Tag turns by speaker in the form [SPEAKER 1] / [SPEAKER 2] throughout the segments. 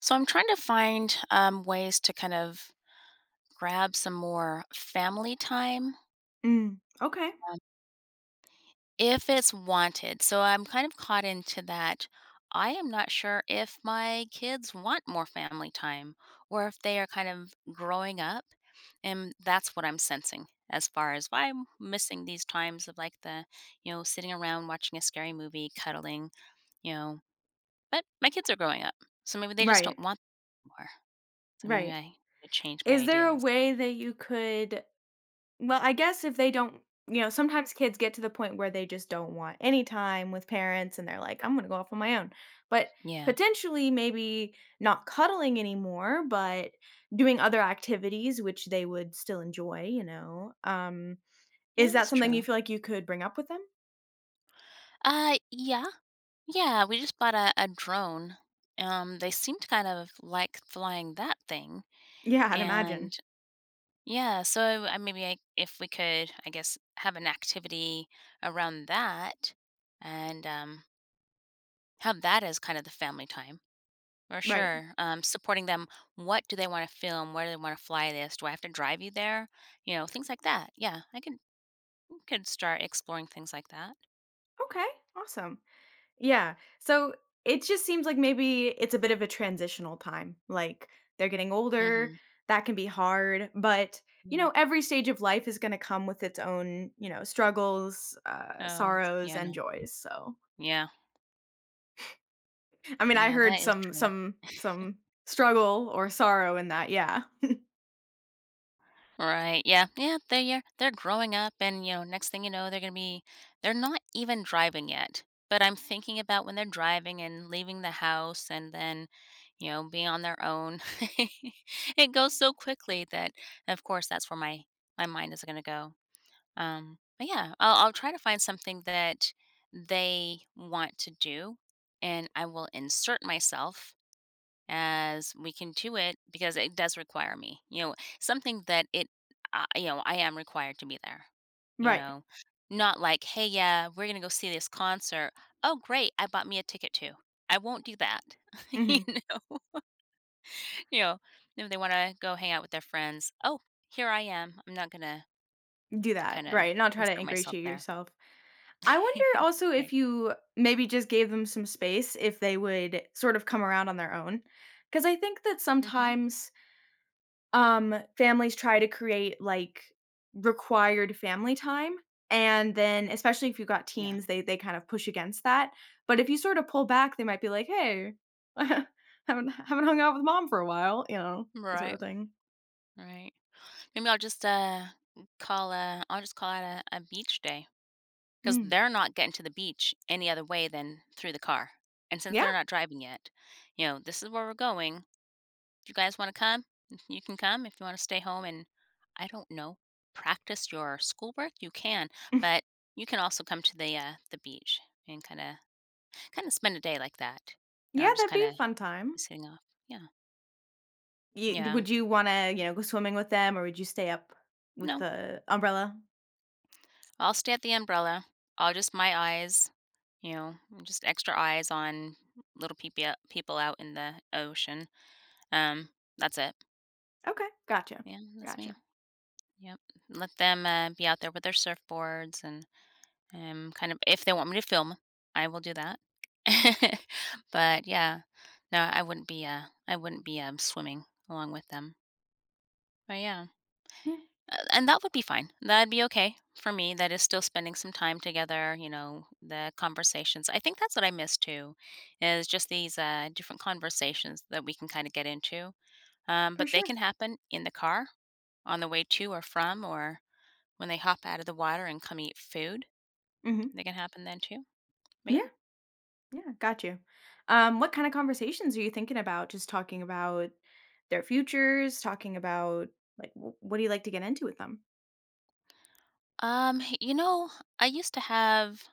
[SPEAKER 1] So I'm trying to find ways to kind of grab some more family time
[SPEAKER 2] Mm, okay.
[SPEAKER 1] um, if it's wanted. So I'm kind of caught into that. I am not sure if my kids want more family time or if they are kind of growing up. And that's what I'm sensing as far as why I'm missing these times of like the, sitting around watching a scary movie, cuddling, you know. But my kids are growing up. So maybe they just don't
[SPEAKER 2] Right,
[SPEAKER 1] want more. So maybe
[SPEAKER 2] right.
[SPEAKER 1] I could change my
[SPEAKER 2] Is there a
[SPEAKER 1] ideas.
[SPEAKER 2] way that you could— well, I guess if they don't— sometimes kids get to the point where they just don't want any time with parents and they're like, I'm gonna go off on my own. But
[SPEAKER 1] Yeah.
[SPEAKER 2] potentially maybe not cuddling anymore, but doing other activities which they would still enjoy.
[SPEAKER 1] Yeah,
[SPEAKER 2] Is that
[SPEAKER 1] that's
[SPEAKER 2] something
[SPEAKER 1] true.
[SPEAKER 2] you feel like you could bring up with them?
[SPEAKER 1] Yeah. Yeah, we just bought a drone. They seemed kind of like flying that thing.
[SPEAKER 2] Yeah, I'd
[SPEAKER 1] And
[SPEAKER 2] imagine.
[SPEAKER 1] yeah, so if we could, I guess, have an activity around that and have that as kind of the family time for
[SPEAKER 2] Right.
[SPEAKER 1] sure. Supporting them. What do they want to film? Where do they want to fly this? Do I have to drive you there? Things like that. Yeah, I could start exploring things like that.
[SPEAKER 2] Okay, awesome. Yeah. So it just seems like maybe it's a bit of a transitional time. Like they're getting older,
[SPEAKER 1] Mm-hmm.
[SPEAKER 2] that can be hard, but
[SPEAKER 1] Yeah.
[SPEAKER 2] every stage of life is going to come with its own struggles,
[SPEAKER 1] Oh,
[SPEAKER 2] sorrows,
[SPEAKER 1] yeah, I
[SPEAKER 2] and
[SPEAKER 1] know.
[SPEAKER 2] joys. So,
[SPEAKER 1] Yeah.
[SPEAKER 2] I mean, I
[SPEAKER 1] Yeah,
[SPEAKER 2] heard
[SPEAKER 1] that is
[SPEAKER 2] some,
[SPEAKER 1] true.
[SPEAKER 2] some, some struggle or sorrow in that. Yeah.
[SPEAKER 1] Right. Yeah. Yeah. They're, yeah, they're growing up, and next thing you know, they're gonna be. They're not even driving yet, but I'm thinking about when they're driving and leaving the house, and then, being on their own. It goes so quickly that, of course, that's where my mind is gonna go. But yeah, I'll try to find something that they want to do, and I will insert myself as we can do it because it does require me. Something that I am required to be there. You
[SPEAKER 2] Right.
[SPEAKER 1] know, Not like, hey, yeah, we're gonna go see this concert. Oh, great, I bought me a ticket too. I won't do that. you
[SPEAKER 2] Hmm.
[SPEAKER 1] know, you know, if they want to go hang out with their friends, oh, here I am. I'm not gonna
[SPEAKER 2] Do that.
[SPEAKER 1] kind of
[SPEAKER 2] Right. Not try to
[SPEAKER 1] insert myself
[SPEAKER 2] ingratiate
[SPEAKER 1] there.
[SPEAKER 2] yourself. I wonder also if
[SPEAKER 1] Right.
[SPEAKER 2] you maybe just gave them some space if they would sort of come around on their own, because I think that
[SPEAKER 1] Mm-hmm.
[SPEAKER 2] sometimes, families try to create, like, required family time, and then especially if you have got
[SPEAKER 1] Yeah.
[SPEAKER 2] teens, they kind of push against that, but if you sort of pull back, they might be like, "Hey, haven't hung out with mom for a while," that sort
[SPEAKER 1] Right.
[SPEAKER 2] of thing.
[SPEAKER 1] Right. Maybe I'll just call out a beach day. 'Cause
[SPEAKER 2] Mm.
[SPEAKER 1] they're not getting to the beach any other way than through the car, and since
[SPEAKER 2] Yeah.
[SPEAKER 1] they're not driving yet, "This is where we're going. If you guys wanna come? You can come. If you wanna stay home and, I don't know, practice your schoolwork, you can, but you can also come to the beach and kinda spend a day like that."
[SPEAKER 2] Yeah,
[SPEAKER 1] Just
[SPEAKER 2] that'd be a
[SPEAKER 1] kinda
[SPEAKER 2] fun
[SPEAKER 1] be
[SPEAKER 2] time.
[SPEAKER 1] sitting off. Yeah.
[SPEAKER 2] You
[SPEAKER 1] Yeah.
[SPEAKER 2] would you wanna, you know, go swimming with them, or would you stay up with
[SPEAKER 1] No.
[SPEAKER 2] the umbrella?
[SPEAKER 1] I'll stay at the umbrella. I'll just my eyes, you know, Just extra eyes on little people out in the ocean. Um, that's it.
[SPEAKER 2] Okay, gotcha,
[SPEAKER 1] Yeah, that's me.
[SPEAKER 2] gotcha.
[SPEAKER 1] Yep. Let them, be out there with their surfboards and, kind of if they want me to film, I will do that. But, yeah, no, I wouldn't be, swimming along with them. But, yeah,
[SPEAKER 2] Yeah,
[SPEAKER 1] and that would be fine. That'd be okay for me. That is still spending some time together, the conversations. I think that's what I miss too, is just these, different conversations that we can kinda get into,
[SPEAKER 2] for
[SPEAKER 1] but they can
[SPEAKER 2] sure.
[SPEAKER 1] happen in the car on the way to or from, or when they hop out of the water and come eat food.
[SPEAKER 2] Mhm.
[SPEAKER 1] They can happen then too. But
[SPEAKER 2] Yeah,
[SPEAKER 1] yeah.
[SPEAKER 2] yeah, got you. What kinda conversations are you thinking about? Just talking about their futures, talking about, like, w what do you like to get into with them?
[SPEAKER 1] Um, you know, I used to have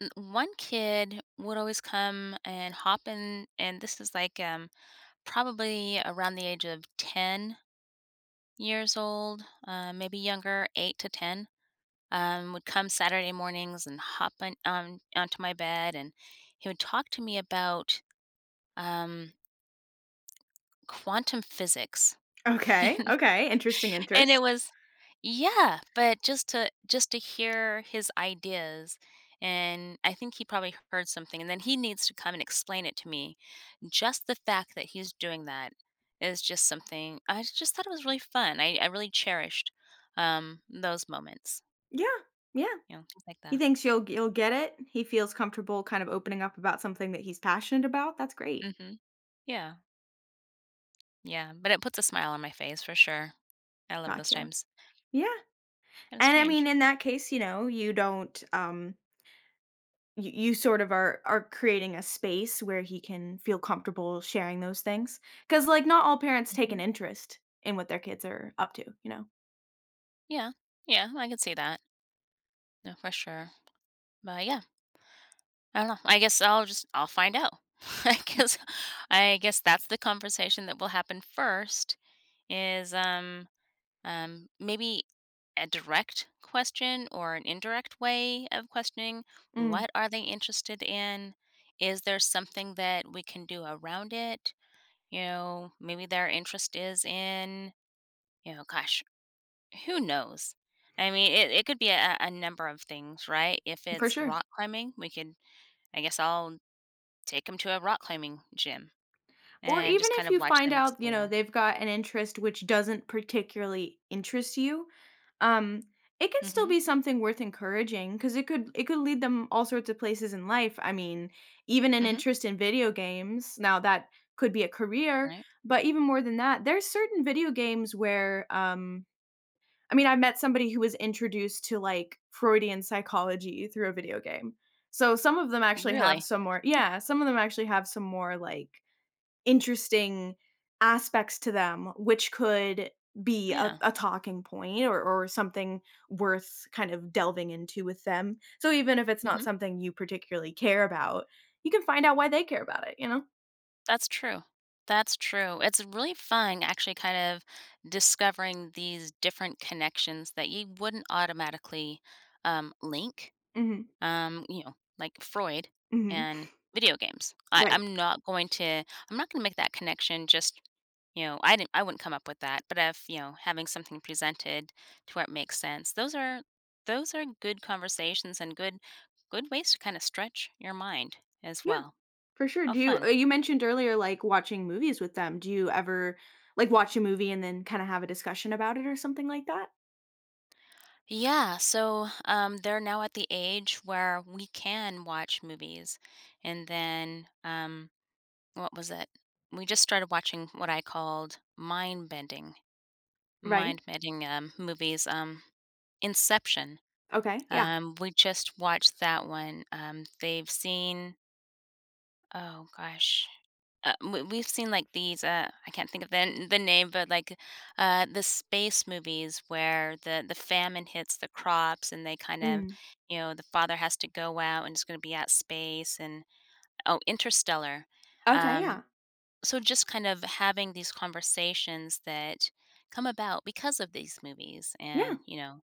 [SPEAKER 1] one kid would always come and hop in, and this is like probably around the age of 10 years old, maybe younger, 8 to 10. Would come Saturday mornings and hop onto my bed, and he would talk to me about um quantum physics.
[SPEAKER 2] Okay, okay, interesting,
[SPEAKER 1] And it
[SPEAKER 2] interest.
[SPEAKER 1] was yeah, But just to hear his ideas, and I think he probably heard something, and then he needs to come and explain it to me. Just the fact that he's doing that is just something I just thought it was really fun. I really cherished, those moments,
[SPEAKER 2] Yeah, yeah.
[SPEAKER 1] things like
[SPEAKER 2] He
[SPEAKER 1] that.
[SPEAKER 2] thinks you'll get it. He feels comfortable kind of opening up about something that he's passionate about. That's great.
[SPEAKER 1] Mhm. Yeah. Yeah, but it puts a smile on my face for sure. I love those
[SPEAKER 2] Gotcha.
[SPEAKER 1] times.
[SPEAKER 2] Yeah.
[SPEAKER 1] Kinda
[SPEAKER 2] And I
[SPEAKER 1] strange.
[SPEAKER 2] mean, in that case, you don't, you sort of are creating a space where he can feel comfortable sharing those things cuz like not all parents take an
[SPEAKER 1] Mhm.
[SPEAKER 2] interest in what their kids are up to.
[SPEAKER 1] Yeah. Yeah, I can see that. No, for sure. But yeah, I don't know. I guess I'll find out. I guess I guess that's the conversation that will happen first is maybe a direct question or an indirect way of questioning
[SPEAKER 2] Mm,
[SPEAKER 1] what are they interested in? Is there something that we can do around it? Maybe their interest is in, gosh, who knows? I mean, it could be a number of things, right? If
[SPEAKER 2] for
[SPEAKER 1] it's
[SPEAKER 2] sure.
[SPEAKER 1] rock climbing, we could I guess I'll take them to a rock climbing gym
[SPEAKER 2] Or
[SPEAKER 1] and
[SPEAKER 2] even
[SPEAKER 1] just kind
[SPEAKER 2] if
[SPEAKER 1] of
[SPEAKER 2] you
[SPEAKER 1] watch
[SPEAKER 2] find
[SPEAKER 1] them
[SPEAKER 2] out,
[SPEAKER 1] explore.
[SPEAKER 2] they've got an interest which doesn't particularly interest you, um, it can still
[SPEAKER 1] Mhm,
[SPEAKER 2] be something worth encouraging because it could lead them all sorts of places in life. I mean, even an
[SPEAKER 1] mhm,
[SPEAKER 2] interest in video games. Now that could be a career,
[SPEAKER 1] right.
[SPEAKER 2] but even more than that, there's certain video games where I mean, I met somebody who was introduced to like Freudian psychology through a video game. So some of them actually have
[SPEAKER 1] Really?
[SPEAKER 2] some more— yeah, some of them actually have some more like interesting aspects to them, which could be
[SPEAKER 1] Yeah,
[SPEAKER 2] a talking point or something worth kind of delving into with them. So even if it's not
[SPEAKER 1] mhm,
[SPEAKER 2] something you particularly care about, you can find out why they care about it, you know?
[SPEAKER 1] that's true. That's true. It's really fun actually kind of discovering these different connections that you wouldn't automatically, link
[SPEAKER 2] Hmm.
[SPEAKER 1] like Freud
[SPEAKER 2] Hmm.
[SPEAKER 1] and video games. I,
[SPEAKER 2] Right.
[SPEAKER 1] I'm not going to make that connection just I wouldn't come up with that, but if, having something presented to where it makes sense. Those are good conversations and good ways to kind of stretch your mind as
[SPEAKER 2] Yeah,
[SPEAKER 1] well.
[SPEAKER 2] for sure.
[SPEAKER 1] How
[SPEAKER 2] Do you
[SPEAKER 1] fun.
[SPEAKER 2] You mentioned earlier like watching movies with them. Do you ever like watch a movie and then kind of have a discussion about it or something like that?
[SPEAKER 1] Yeah, so they're now at the age where we can watch movies. And then What was it? We just started watching what I called mind-bending
[SPEAKER 2] Right?
[SPEAKER 1] mind-bending, movies, Inception.
[SPEAKER 2] Okay. Yeah.
[SPEAKER 1] We just watched that one. They've seen oh gosh, we've seen, like, these, I can't think of the name, but, like, the space movies where the famine hits the crops and they kind of
[SPEAKER 2] Mm.
[SPEAKER 1] you know, the father has to go out and is gonna be at space and oh, Interstellar.
[SPEAKER 2] Okay,
[SPEAKER 1] Um
[SPEAKER 2] yeah.
[SPEAKER 1] So just kind of having these conversations that come about because of these movies and,
[SPEAKER 2] Yeah.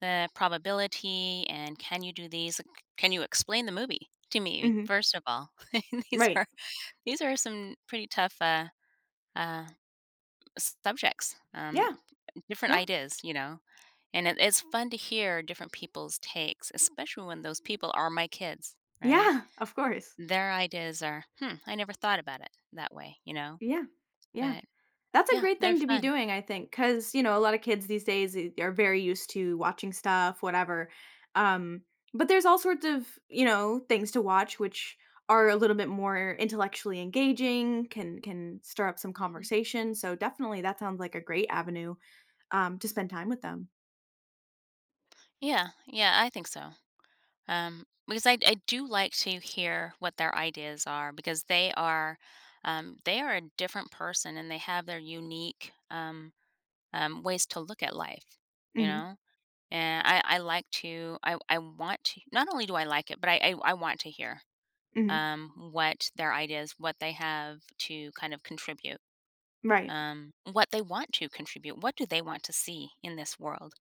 [SPEAKER 1] the probability and can you do these? Like, can you explain the movie to me
[SPEAKER 2] Hmm.
[SPEAKER 1] first of all? these are
[SPEAKER 2] Right.
[SPEAKER 1] these are some pretty tough uh subjects.
[SPEAKER 2] Yeah.
[SPEAKER 1] Different
[SPEAKER 2] Yeah.
[SPEAKER 1] ideas. And it's fun to hear different people's takes, especially when those people are my kids, right?
[SPEAKER 2] Yeah, of course.
[SPEAKER 1] Their ideas are, hmm, I never thought about it that way.
[SPEAKER 2] Yeah. Yeah.
[SPEAKER 1] But
[SPEAKER 2] That's a
[SPEAKER 1] yeah,
[SPEAKER 2] great
[SPEAKER 1] they're
[SPEAKER 2] thing to be
[SPEAKER 1] fun.
[SPEAKER 2] doing, I think, because a lot of kids these days I are very used to watching stuff, whatever. Um, but there's all sorts of things to watch which are a little bit more intellectually engaging, can stir up some
[SPEAKER 1] Mhm.
[SPEAKER 2] conversation, so definitely that sounds like a great avenue, to spend time with them.
[SPEAKER 1] Yeah, yeah, I think so. Because I do like to hear what their ideas are because they are a different person and they have their unique ways to look at life, you
[SPEAKER 2] Mhm.
[SPEAKER 1] know. And I like to I want to not only do I like it, but I want to hear
[SPEAKER 2] Mhm.
[SPEAKER 1] what their ideas, what they have to kind of contribute,
[SPEAKER 2] Right.
[SPEAKER 1] what they want to contribute, what do they want to see in this world.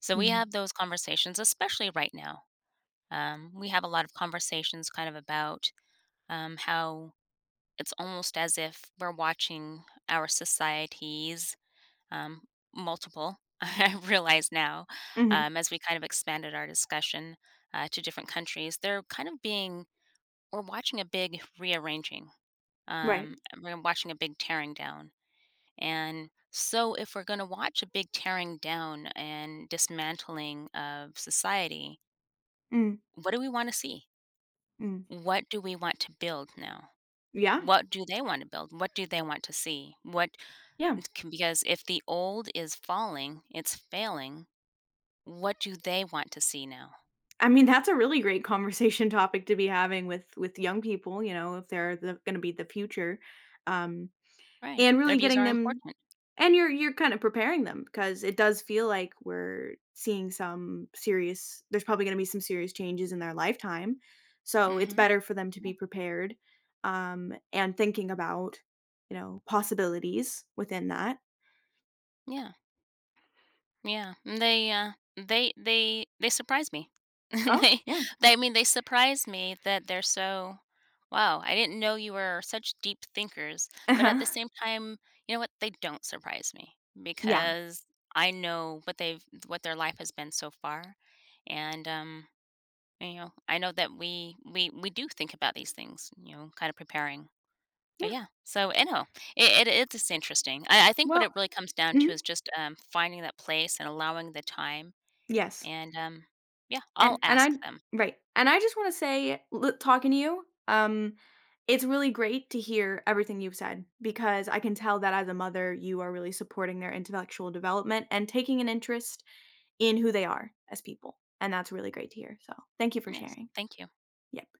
[SPEAKER 1] So we
[SPEAKER 2] Mm.
[SPEAKER 1] have those conversations, especially right now. We have a lot of conversations kind of about how it's almost as if we're watching our societies, um, multiple, I realize now,
[SPEAKER 2] Mhm.
[SPEAKER 1] as we kind of expanded our discussion to different countries, they're kind of being, we're watching a big rearranging,
[SPEAKER 2] Right.
[SPEAKER 1] um, we're watching a big tearing down. And so, if we're going to watch a big tearing down and dismantling of society,
[SPEAKER 2] Mm.
[SPEAKER 1] what do we want to see?
[SPEAKER 2] Mm.
[SPEAKER 1] What do we want to build now?
[SPEAKER 2] Yeah.
[SPEAKER 1] What do they want to build? What do they want to see?
[SPEAKER 2] Yeah.
[SPEAKER 1] Because if the old is falling, it's failing. What do they want to see now?
[SPEAKER 2] I mean, that's a really great conversation topic to be having with young people, if they're going to be the future. Um
[SPEAKER 1] Right.
[SPEAKER 2] and
[SPEAKER 1] Their
[SPEAKER 2] really
[SPEAKER 1] views
[SPEAKER 2] getting
[SPEAKER 1] are
[SPEAKER 2] them—
[SPEAKER 1] important.
[SPEAKER 2] and you're kind of preparing them because it does feel like we're seeing some serious— there's probably going to be some serious changes in their lifetime. So it's
[SPEAKER 1] Mm-hmm.
[SPEAKER 2] better for them to
[SPEAKER 1] Yeah.
[SPEAKER 2] be prepared and thinking about, possibilities within that.
[SPEAKER 1] Yeah. Yeah, and they surprise me.
[SPEAKER 2] Oh,
[SPEAKER 1] They
[SPEAKER 2] yeah.
[SPEAKER 1] they I mean, they surprise me that they're so, "Wow, I didn't know you were such deep thinkers," but at
[SPEAKER 2] Uh-huh.
[SPEAKER 1] the same time, you know what? They don't surprise me
[SPEAKER 2] Yeah.
[SPEAKER 1] because I know what their life has been so far, and, I know that we do think about these things, kinda preparing. But
[SPEAKER 2] Yeah.
[SPEAKER 1] yeah, so I know. It's interesting. I think what
[SPEAKER 2] Well,
[SPEAKER 1] it really comes down to
[SPEAKER 2] mhm.
[SPEAKER 1] is just, finding that place and allowing the time,
[SPEAKER 2] Yes.
[SPEAKER 1] and, yeah, I'll
[SPEAKER 2] And
[SPEAKER 1] ask them.
[SPEAKER 2] I Right. And I just wanna say, l talking to you, it's really great to hear everything you've said because I can tell that as a mother, you are really supporting their intellectual development and taking an interest in who they are as people, and that's really great to hear, so thank you for
[SPEAKER 1] Yes,
[SPEAKER 2] sharing.
[SPEAKER 1] thank you.
[SPEAKER 2] Yeah.